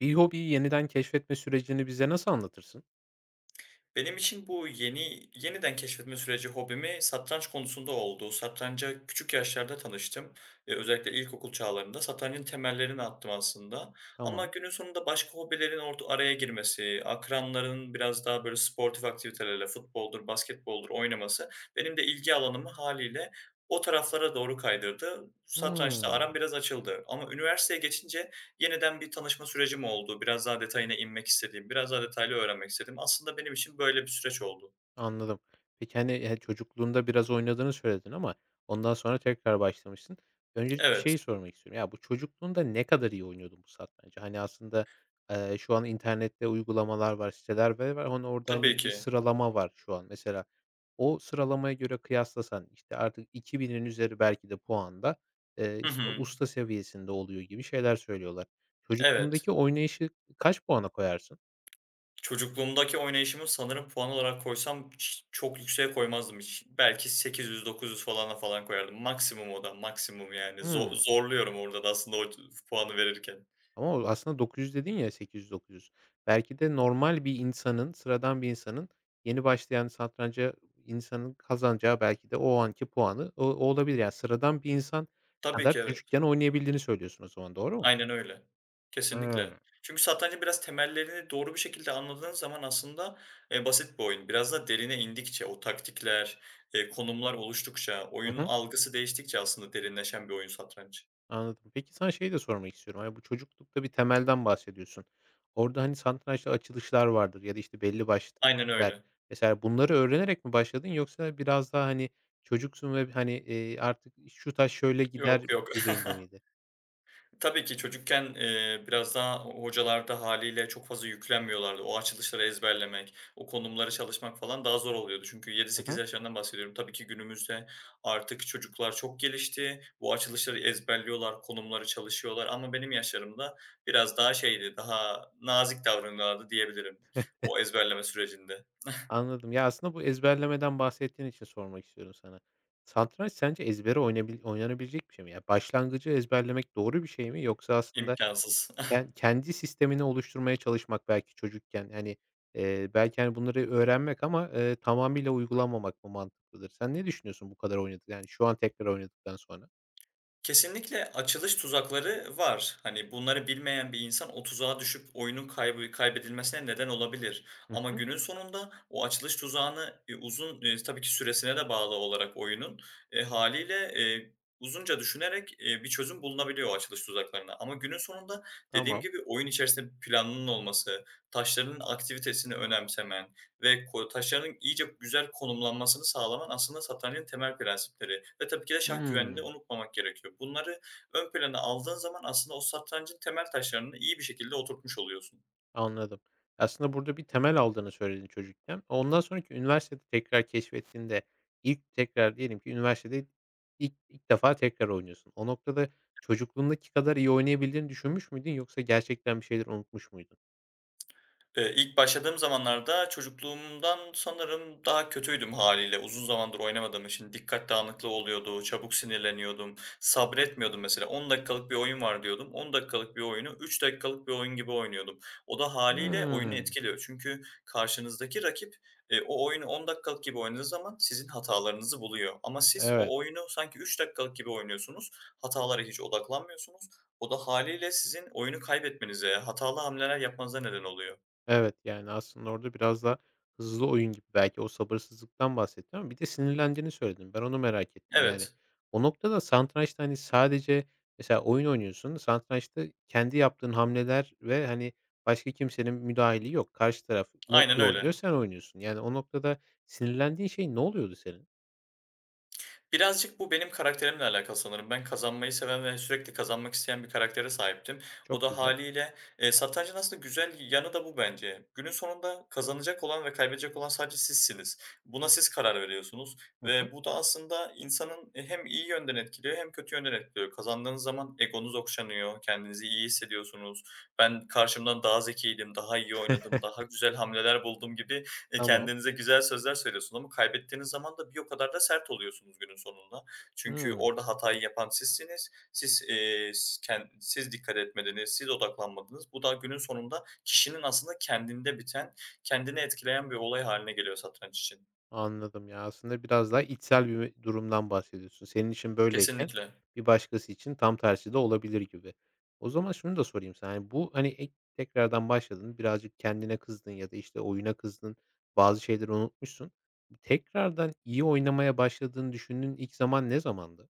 Bir hobiyi yeniden keşfetme sürecini bize nasıl anlatırsın? Benim için bu yeniden keşfetme süreci hobimi satranç konusunda oldu. Satranca küçük yaşlarda tanıştım. Özellikle ilkokul çağlarında satrancın temellerini attım aslında. Ama Tamam. günün sonunda başka hobilerin orta araya girmesi, akranların biraz daha böyle sportif aktivitelerle futboldur, basketboldur oynaması benim de ilgi alanımı haliyle o taraflara doğru kaydırdı. Hıı. Satrançta aram biraz açıldı. Ama üniversiteye geçince yeniden bir tanışma sürecim oldu. Biraz daha detayına inmek istediğim, biraz daha detaylı öğrenmek istediğim. Aslında benim için böyle bir süreç oldu. Anladım. Peki, hani, çocukluğunda biraz oynadığını söyledin ama ondan sonra tekrar başlamışsın. Öncelikle Evet, şeyi sormak istiyorum. Ya, bu çocukluğunda ne kadar iyi oynuyordun bu satrancı? Hani, aslında, şu an internette uygulamalar var, siteler ve var. Hani, orada, tabii hani, bir ki. sıralama var şu an. Mesela o sıralamaya göre kıyaslasan, işte, artık 2000'in üzeri belki de puanda, Hı işte, hı. usta seviyesinde oluyor gibi şeyler söylüyorlar. Evet. Çocukluğundaki oynayışı kaç puana koyarsın? Çocukluğumdaki oynayışımı sanırım puan olarak koysam çok yükseğe koymazdım hiç. Belki 800-900 falana falan koyardım. Maksimum o da, maksimum yani. Zo Hmm. zorluyorum orada da aslında o puanı verirken. Ama o aslında 900 dedin ya, 800-900. Belki de normal bir insanın, sıradan bir insanın, yeni başlayan satranca insanın kazanacağı belki de o anki puanı o olabilir. Yani sıradan bir insan Tabii kadar ki evet. çocukken oynayabildiğini söylüyorsun o zaman, doğru mu? Aynen öyle. Kesinlikle. Hıı. Çünkü satrancın biraz temellerini doğru bir şekilde anladığın zaman aslında, basit bir oyun. Biraz da derine indikçe, o taktikler, konumlar oluştukça, Hı oyunun hı. algısı değiştikçe aslında derinleşen bir oyun satranç. Anladım. Peki sana şeyi de sormak istiyorum. Hani bu çocuklukta bir temelden bahsediyorsun. Orada, hani, satrançta açılışlar vardır ya da, işte, belli başlı Aynen taktikler. öyle. Mesela bunları öğrenerek mi başladın yoksa biraz daha, hani, çocuksun ve, hani, artık şu taş şöyle Yok, gider yok. düzeyinde miydi? Tabii ki çocukken, biraz daha hocalar da hâliyle çok fazla yüklenmiyorlardı. O açılışları ezberlemek, o konumları çalışmak falan daha zor oluyordu. Çünkü yedi Hı sekiz hı. yaşlarından bahsediyorum. Tabii ki günümüzde artık çocuklar çok gelişti. Bu açılışları ezberliyorlar, konumları çalışıyorlar ama benim yaşlarımda biraz daha şeydi, daha nazik davranıyorlardı diyebilirim o ezberleme sürecinde. Anladım. Ya, aslında bu ezberlemeden bahsettiğin için sormak istiyorum sana. Satranç sence ezbere oynanabilecek bir şey mi? Ya, başlangıcı ezberlemek doğru bir şey mi yoksa aslında. İmkânsız. Yani, kendi sistemini oluşturmaya çalışmak belki çocukken, hani, belki, hani, bunları öğrenmek ama, tamamıyla uygulamamak mı mantıklıdır? Sen ne düşünüyorsun bu kadar oynadık, yani şu an tekrar oynadıktan sonra? Kesinlikle açılış tuzakları var. Hani, bunları bilmeyen bir insan o tuzağa düşüp oyunun kaybedilmesine neden olabilir Hı ama hı. günün sonunda o açılış tuzağını, uzun, tabii ki süresine de bağlı olarak oyunun, hâliyle, uzunca düşünerek, bir çözüm bulunabiliyor o açılış tuzaklarına ama günün sonunda dediğim Tamam. gibi oyun içerisinde planının olması, taşların aktivitesini önemsemen, ve taşların iyice güzel konumlanmasını sağlaman aslında satrancın temel prensipleri ve tabii ki de şah güvenliğini de Hımm, unutmamak gerekiyor. Bunları ön plana aldığın zaman aslında o satrancın temel taşlarını iyi bir şekilde oturtmuş oluyorsun. anladım. Aslında burada bir temel aldığını söyledin çocukken. Ondan sonraki üniversitede tekrar keşfettiğinde ilk tekrar diyelim ki üniversitede ilk defa tekrar oynuyorsun. O noktada çocukluğundaki kadar iyi oynayabildiğini düşünmüş müydün yoksa gerçekten bir şeyler unutmuş muydun? İlk başladığım zamanlarda çocukluğumdan sanırım daha kötüydüm hâliyle. Uzun zamandır oynamadığım için dikkat dağınıklığı oluyordu, çabuk sinirleniyordum, sabretmiyordum mesela. 10 dakikalık bir oyun var diyordum. 10 dakikalık bir oyunu 3 dakikalık bir oyun gibi oynuyordum. O da hâliyle oyunu Hımm, etkiliyor. Çünkü karşınızdaki rakip, o oyunu 10 dakikalık gibi oynadığı zaman sizin hatalarınızı buluyor. Ama siz evet. o oyunu sanki 3 dakikalık gibi oynuyorsunuz, hatalara hiç odaklanmıyorsunuz. O da hâliyle sizin oyunu kaybetmenize, hatalı hamleler yapmanıza neden oluyor. Evet, yani, aslında orada biraz da hızlı oyun gibi belki o sabırsızlıktan bahsettim ama bir de sinirlendiğini söyledin. Ben onu merak ettim. Yani, Evet, o noktada satrançta, hani, sadece mesela oyun oynuyorsun, satrançta kendi yaptığın hamleler ve, hani, başka kimsenin müdahili yok. Karşı taraf ne aynen ne oynuyor, öyle. sen oynuyorsun. Yani, o noktada sinirlendiğin şey ne oluyordu senin? Birazcık bu benim karakterimle alakalı sanırım. Ben kazanmayı seven ve sürekli kazanmak isteyen bir karaktere sahiptim. O Çok da güzel. haliyle satrancın aslında güzel yanı da bu bence. Günün sonunda kazanacak olan ve kaybedecek olan sadece sizsiniz. Buna siz karar veriyorsunuz Hı hı. ve bu da aslında insanın hem iyi yönden etkiliyor hem kötü yönden etkiliyor. Kazandığınız zaman egonuz okşanıyor, kendinizi iyi hissediyorsunuz. Ben karşımdan daha zekiydim, daha iyi oynadım, daha güzel hamleler buldum gibi. E, Tamam. kendinize güzel sözler söylüyorsunuz ama kaybettiğiniz zaman da bir o kadar da sert oluyorsunuz günün sonunda. Çünkü Hıı. orada hatayı yapan sizsiniz. Siz, s ken siz dikkat etmediniz, siz odaklanmadınız. Bu da günün sonunda kişinin aslında kendinde biten, kendini etkileyen bir olay haline geliyor satranç için. Anladım ya, aslında biraz daha içsel bir durumdan bahsediyorsun. Senin için böyleyken Kesinlikle. bir başkası için tam tersi de olabilir gibi. O zaman şunu da sorayım sana. Yani bu, hani, tekrardan başladın, birazcık kendine kızdın ya da, işte, oyuna kızdın, bazı şeyleri unutmuşsun. Tekrardan iyi oynamaya başladığını düşündüğün ilk zaman ne zamandı?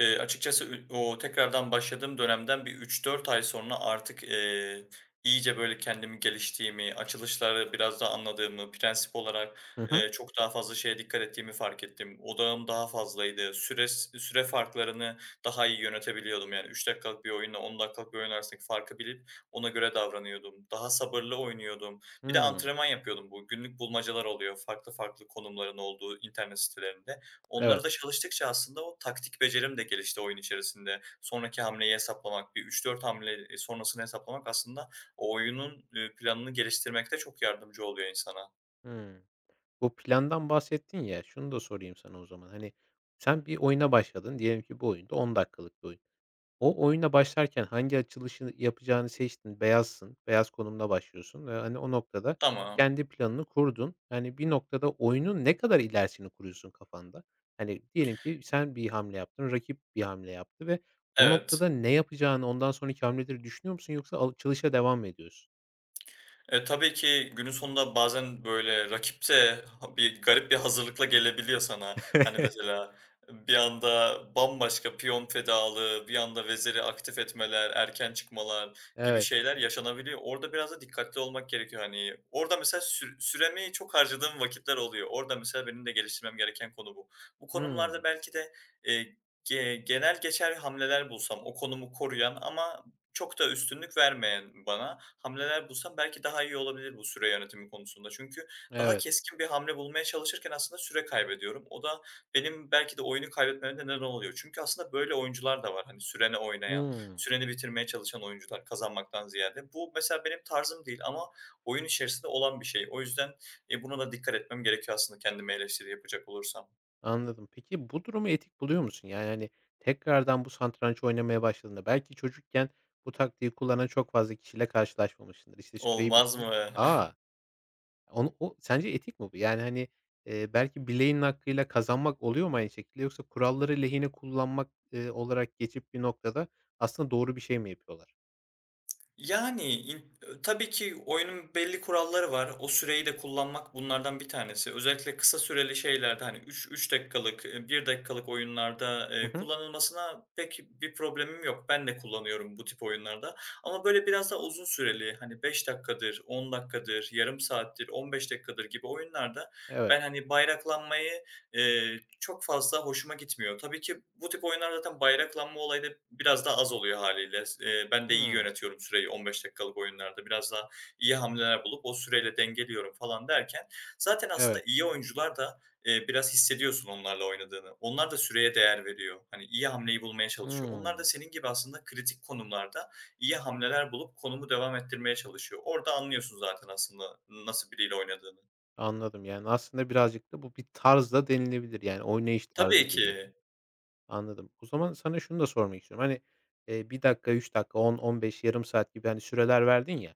Açıkçası o tekrardan başladığım dönemden bir üç dört ay sonra artık, iyice böyle kendimi geliştiğimi, açılışları biraz daha anladığımı, prensip olarak, Hı hı. Çok daha fazla şeye dikkat ettiğimi fark ettim. Odağım daha fazlaydı. Süre farklarını daha iyi yönetebiliyordum. Yani 3 dakikalık bir oyunla 10 dakikalık bir oyun arasındaki farkı bilip ona göre davranıyordum. Daha sabırlı oynuyordum. Bir de Hımm. antrenman yapıyordum. Bu günlük bulmacalar oluyor farklı farklı konumların olduğu internet sitelerinde. Evet. Onları da çalıştıkça aslında o taktik becerim de gelişti oyun içerisinde. Sonraki hamleyi hesaplamak, bir üç dört hamle, sonrasını hesaplamak aslında o oyunun, planını geliştirmekte çok yardımcı oluyor insana. Hımm. Bu plandan bahsettin ya, şunu da sorayım sana o zaman. Hani, sen bir oyuna başladın, diyelim ki bu oyun da 10 dakikalık bir oyun. O oyuna başlarken hangi açılışı yapacağını seçtin, beyazsın, beyaz konumla başlıyorsun ve, hani, o noktada Tamam. kendi planını kurdun. Yani, bir noktada oyunun ne kadar ilerisini kuruyorsun kafanda? Hani, diyelim ki sen bir hamle yaptın, rakip bir hamle yaptı ve o noktada Evet. ne yapacağını, ondan sonraki hamleleri düşünüyor musun yoksa açılışa devam mı ediyorsun? Tabii ki günün sonunda bazen, böyle, rakip de ha bir garip bir hazırlıkla gelebiliyor sana. Hani, mesela bir anda bambaşka piyon fedalığı, bir anda veziri aktif etmeler, erken çıkmalar gibi Evet. şeyler yaşanabiliyor. Orada biraz da dikkatli olmak gerekiyor, hani. Orada mesela süremi çok harcadığım vakitler oluyor. Orada mesela benim de geliştirmem gereken konu bu. Bu konumlarda Hımm. belki de, eee, ge genel geçer hamleler bulsam, o konumu koruyan ama çok da üstünlük vermeyen bana hamleler bulsam belki daha iyi olabilir bu süre yönetimi konusunda. Çünkü daha Evet. keskin bir hamle bulmaya çalışırken aslında süre kaybediyorum. O da benim belki de oyunu kaybetmeme neden oluyor. Çünkü aslında böyle oyuncular da var. Hani sürene oynayan, Hımm. süreni bitirmeye çalışan oyuncular kazanmaktan ziyade. Bu mesela benim tarzım değil ama oyun içerisinde olan bir şey. O yüzden buna da dikkat etmem gerekiyor aslında kendime eleştiri yapacak olursam. Anladım. Peki bu durumu etik buluyor musun? Yani, hani, tekrardan bu satranç oynamaya başladığında belki çocukken bu taktiği kullanan çok fazla kişiyle karşılaşmamışsındır. İşte, süreyi Olmaz bitir. mı? Aa. O sence etik mi bu? Yani, hani, belki bileğin hakkıyla kazanmak oluyor mu aynı şekilde yoksa kuralları lehine kullanmak, olarak geçip bir noktada aslında doğru bir şey mi yapıyorlar? Yani, tabii ki oyunun belli kuralları var. O süreyi de kullanmak bunlardan bir tanesi. Özellikle kısa süreli şeylerde, hani, üç dakikalık, 1 dakikalık oyunlarda, Hı hı. kullanılmasına pek bir problemim yok. Ben de kullanıyorum bu tip oyunlarda ama böyle biraz daha uzun süreli, hani, 5 dakikadır, 10 dakikadır, yarım saattir, 15 dakikadır gibi oyunlarda Evet. ben, hani, bayraklanmayı, çok fazla hoşuma gitmiyor. Tabii ki bu tip oyunlar zaten bayraklanma olayı da biraz daha az oluyor hâliyle. S Ben de iyi Hımm. yönetiyorum süreyi 15 dakikalık oyunlarda. Biraz daha iyi hamleler bulup o süreyle dengeliyorum falan derken zaten aslında Evet. iyi oyuncular da, biraz hissediyorsun onlarla oynadığını. Onlar da süreye değer veriyor. Hani, iyi hamleyi bulmaya çalışıyor. Onlar da Hımm. senin gibi aslında kritik konumlarda iyi hamleler bulup konumu devam ettirmeye çalışıyor. Orada anlıyorsun zaten aslında nasıl biriyle oynadığını. Anladım. Yani, aslında birazcık da bu bir tarz da denilebilir. Yani, oynayış tarzı Tabii gibi. ki. Anladım. O zaman sana şunu da sormak istiyorum. Hani, 1 dakika, 3 dakika, 10, 15, yarım saat gibi, hani, süreler verdin ya.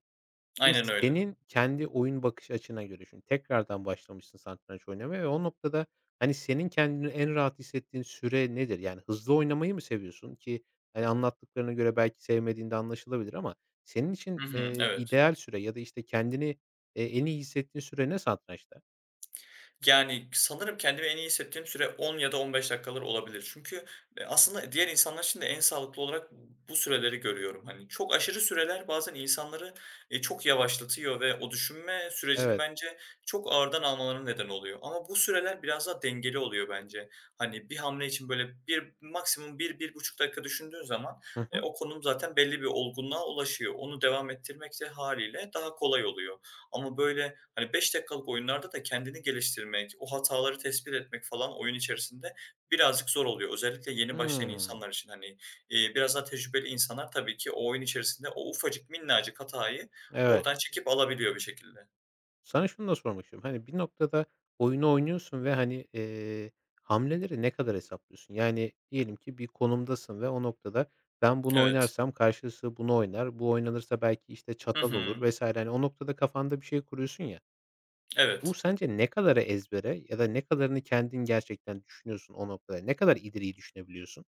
Şimdi Aynen öyle. senin kendi oyun bakış açına göre şimdi tekrardan başlamışsın satranç oynamaya ve o noktada, hani, senin kendini en rahat hissettiğin süre nedir? Yani hızlı oynamayı mı seviyorsun ki, hani, anlattıklarına göre belki sevmediğinde anlaşılabilir ama senin için, Hı hı. Evet. ideal süre ya da, işte, kendini, en iyi hissettiğin süre ne satrançta? Yani, sanırım kendimi en iyi hissettiğim süre 10 ya da 15 dakikalar olabilir. Çünkü, aslında diğer insanlar için de en sağlıklı olarak bu süreleri görüyorum. Hani, çok aşırı süreler bazen insanları, çok yavaşlatıyor ve o düşünme sürecini Evet. bence çok ağırdan almalarına neden oluyor. Ama bu süreler biraz daha dengeli oluyor bence. Hani, bir hamle için böyle bir maksimum bir buçuk dakika düşündüğün zaman, Hı hı. o konum zaten belli bir olgunluğa ulaşıyor. Onu devam ettirmek de hâliyle daha kolay oluyor. Ama böyle, hani, 5 dakikalık oyunlarda da kendini geliştirmek, o hataları tespit etmek falan oyun içerisinde birazcık zor oluyor. Özellikle yeni başlayan Hımm. insanlar için hani, biraz daha tecrübeli insanlar tabii ki o oyun içerisinde o ufacık minnacık hatayı Evet. oradan çekip alabiliyor bir şekilde. Sana şunu da sormak istiyorum. Hani bir noktada oyunu oynuyorsun ve, hani, hamleleri ne kadar hesaplıyorsun? Yani diyelim ki bir konumdasın ve o noktada ben bunu Evet. oynarsam karşısı bunu oynar, bu oynanırsa belki, işte, Hı çatal olur hı. vesaire. Hani, o noktada kafanda bir şey kuruyorsun ya. Bu Evet. sence ne kadarı ezbere ya da ne kadarını kendin gerçekten düşünüyorsun o noktada? Ne kadar ileri düşünebiliyorsun?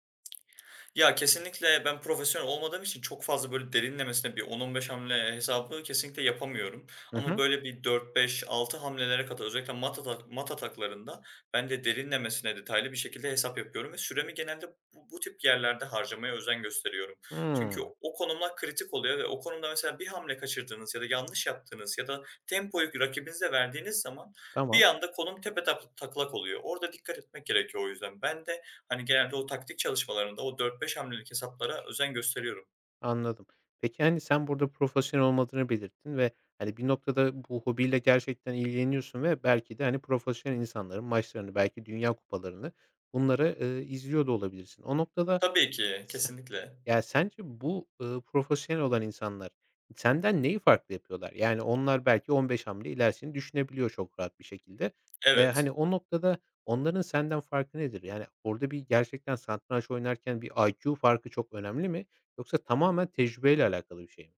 Ya, kesinlikle ben profesyonel olmadığım için çok fazla, böyle, derinlemesine bir 10-15 hamle hesabı kesinlikle yapamıyorum. Hı Ama, hı. böyle, bir 4-5-6 hamlelere kadar özellikle mat ataklarında ben de derinlemesine detaylı bir şekilde hesap yapıyorum ve süremi genelde bu tip yerlerde harcamaya özen gösteriyorum. Çünkü Hımm. o konumlar kritik oluyor ve o konumda mesela bir hamle kaçırdığınız ya da yanlış yaptığınız ya da tempoyu rakibinize verdiğiniz zaman bir Tamam. anda konum tepe taklak oluyor. Orada dikkat etmek gerekiyor o yüzden. Ben de hani, genelde o taktik çalışmalarında o dört beş hamlelik hesaplara özen gösteriyorum. Anladım. Peki, hani, sen burada profesyonel olmadığını belirttin ve, hani, bir noktada bu hobiyle gerçekten ilgileniyorsun ve belki de, hani, profesyonel insanların maçlarını, belki dünya kupalarını bunları, izliyor da olabilirsin. O noktada Tabii ki, kesinlikle. ya, sence bu, profesyonel olan insanlar senden neyi farklı yapıyorlar? Yani onlar belki 15 hamle ilerisini düşünebiliyor çok rahat bir şekilde. Hani, Evet. o noktada onların senden farkı nedir? Yani orada bir gerçekten satranç oynarken bir IQ farkı çok önemli mi yoksa tamamen tecrübeyle alakalı bir şey mi?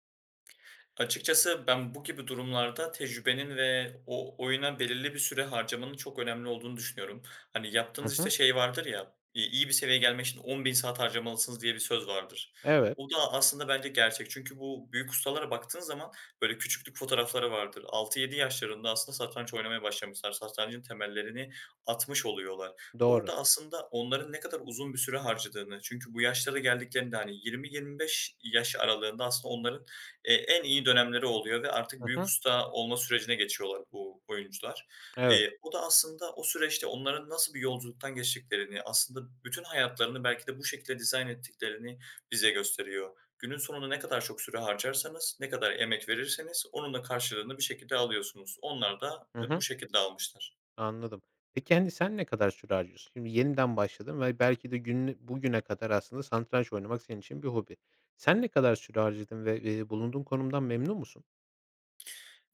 Açıkçası ben bu gibi durumlarda tecrübenin ve o oyuna belirli bir süre harcamanın çok önemli olduğunu düşünüyorum. Hani Hı yaptığınız işte hı. şey vardır ya, iyi bir seviyeye gelmek için 10.000 saat harcamalısınız diye bir söz vardır. Evet, O da aslında bence gerçek. Çünkü bu büyük ustalara baktığın zaman böyle küçüklük fotoğrafları vardır. Altı yedi yaşlarında aslında satranç oynamaya başlamışlar. Satrancın temellerini atmış oluyorlar. doğru. Orada aslında onların ne kadar uzun bir süre harcadığını, çünkü bu yaşlara geldiklerinde hani 20-25 yaş aralığında aslında onların en iyi dönemleri oluyor ve artık Hı büyük hı. usta olma sürecine geçiyorlar bu oyuncular. Evet. O da aslında o süreçte onların nasıl bir yolculuktan geçtiklerini, aslında bütün hayatlarını belki de bu şekilde dizayn ettiklerini bize gösteriyor. Günün sonunda ne kadar çok süre harcarsanız, ne kadar emek verirseniz onun da karşılığını bir şekilde alıyorsunuz. Onlar da, Hı bu hı. şekilde almışlar. Anladım. Peki, hani, sen ne kadar süre harcıyorsun? Şimdi yeniden başladın ve belki de günü bugüne kadar aslında satranç oynamak senin için bir hobi. Sen ne kadar süre harcadın ve, bulunduğun konumdan memnun musun?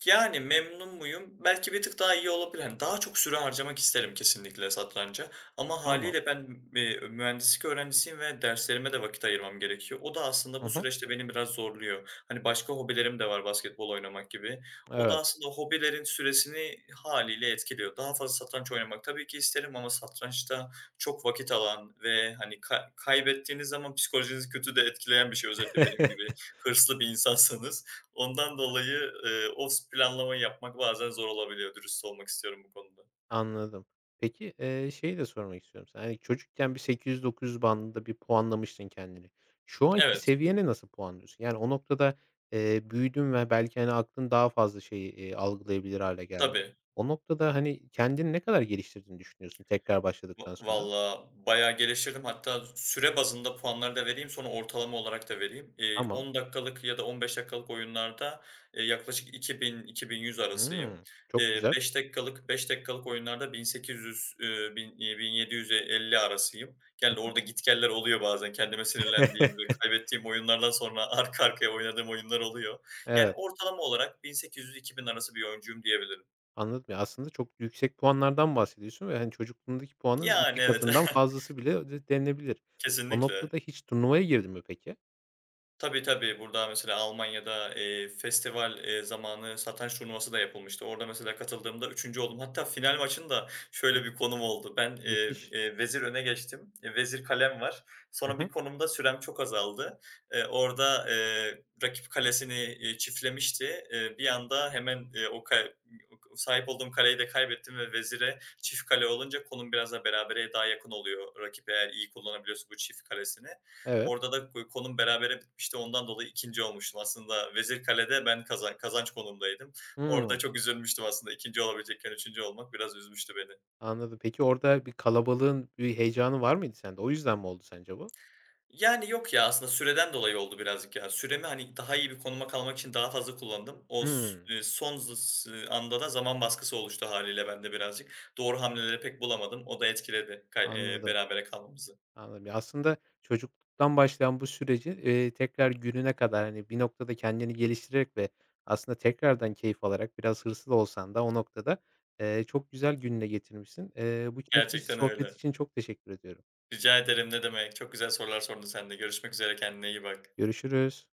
Yani, memnun muyum? Belki bir tık daha iyi olabilir. Hani, daha çok süre harcamak isterim kesinlikle satranca ama Tamam. haliyle ben, mühendislik öğrencisiyim ve derslerime de vakit ayırmam gerekiyor. O da aslında Hı bu hı. süreçte beni biraz zorluyor. Hani, başka hobilerim de var basketbol oynamak gibi. O da Evet. aslında hobilerin süresini haliyle etkiliyor. Daha fazla satranç oynamak tabii ki isterim ama satrançta çok vakit alan ve, hani, kaybettiğiniz zaman psikolojinizi kötü de etkileyen bir şey özellikle benim gibi hırslı bir insansanız. Ondan dolayı, o planlamayı yapmak bazen zor olabiliyor, dürüst olmak istiyorum bu konuda. Anladım. Peki, şeyi de sormak istiyorum sana. Hani, çocukken bir 800-900 bandında bir puanlamıştın kendini. Şu anki Evet, seviyene nasıl puanlıyorsun? Yani, o noktada, büyüdün ve belki, hani, aklın daha fazla şeyi, algılayabilir hale geldi. tabii. O noktada, hani, kendini ne kadar geliştirdiğini düşünüyorsun tekrar Va başladıktan sonra? valla bayağı geliştirdim. Hatta süre bazında puanları da vereyim, sonra ortalama olarak da vereyim. Tamam. 10 dakikalık ya da 15 dakikalık oyunlarda, yaklaşık 2000-2100 arasıyım. Hımm. Çok güzel. 5 dakikalık 5 dakikalık oyunlarda 1800, bin 1750 arasıyım. Genelde orada git geller oluyor bazen. Kendime sinirlendiğim ve kaybettiğim oyunlardan sonra arka arkaya oynadığım oyunlar oluyor. Yani Evet. ortalama olarak 1800-2000 arası bir oyuncuyum diyebilirim. Anladım. Ya, aslında çok yüksek puanlardan bahsediyorsun ve, hani, çocukluğundaki puanın Yani 2 evet. katından fazlası bile de denilebilir. O Kesinlikle. noktada hiç turnuvaya girdin mi peki? Tabii, tabii. Burada mesela Almanya'da festival zamanı satranç turnuvası da yapılmıştı. Orada mesela katıldığımda üçüncü oldum. Hatta final maçında Mü şöyle bir konum oldu. Ben, eee, müthiş. eee, vezir öne geçtim. Vezir kalem var. Hı Sonra bir hı. konumda sürem çok azaldı. Orada rakip kalesini çiftlemişti. Bir anda hemen, o ka sahip olduğum kaleyi de kaybettim ve vezire çift kale olunca konum biraz da berabere daha yakın oluyor rakip eğer iyi kullanabiliyorsa bu çift kalesini. Evet. Orada da konum berabere bitmişti. Ondan dolayı ikinci olmuştum. Aslında Vezirkale'de ben kazanç konumdaydım. Orada Hımm. çok üzülmüştüm aslında 2'nci olabilecekken üçüncü olmak biraz üzmüştü beni. Anladım. Peki orada bir kalabalığın bir heyecanı var mıydı sende? O yüzden mi oldu sence bu? Yani yok ya, aslında süreden dolayı oldu birazcık ya. Süremi, hani, daha iyi bir konuma kalmak için daha fazla kullandım. O s Hımm. Son z s anda da zaman baskısı oluştu haliyle bende birazcık. Doğru hamleleri pek bulamadım. O da etkiledi kay Anladım. berabere kalmamızı. Anladım. Ya, aslında çocukluktan başlayan bu süreci, tekrar gününe kadar, hani, bir noktada kendini geliştirerek ve aslında tekrardan keyif alarak biraz hırslı da olsan da o noktada, çok güzel gününe getirmişsin. Bu keyifli Gerçekten sohbet öyle. için çok teşekkür ediyorum. Rica ederim, ne demek. Çok güzel sorular sordun sen de. Görüşmek üzere, kendine iyi bak. Görüşürüz.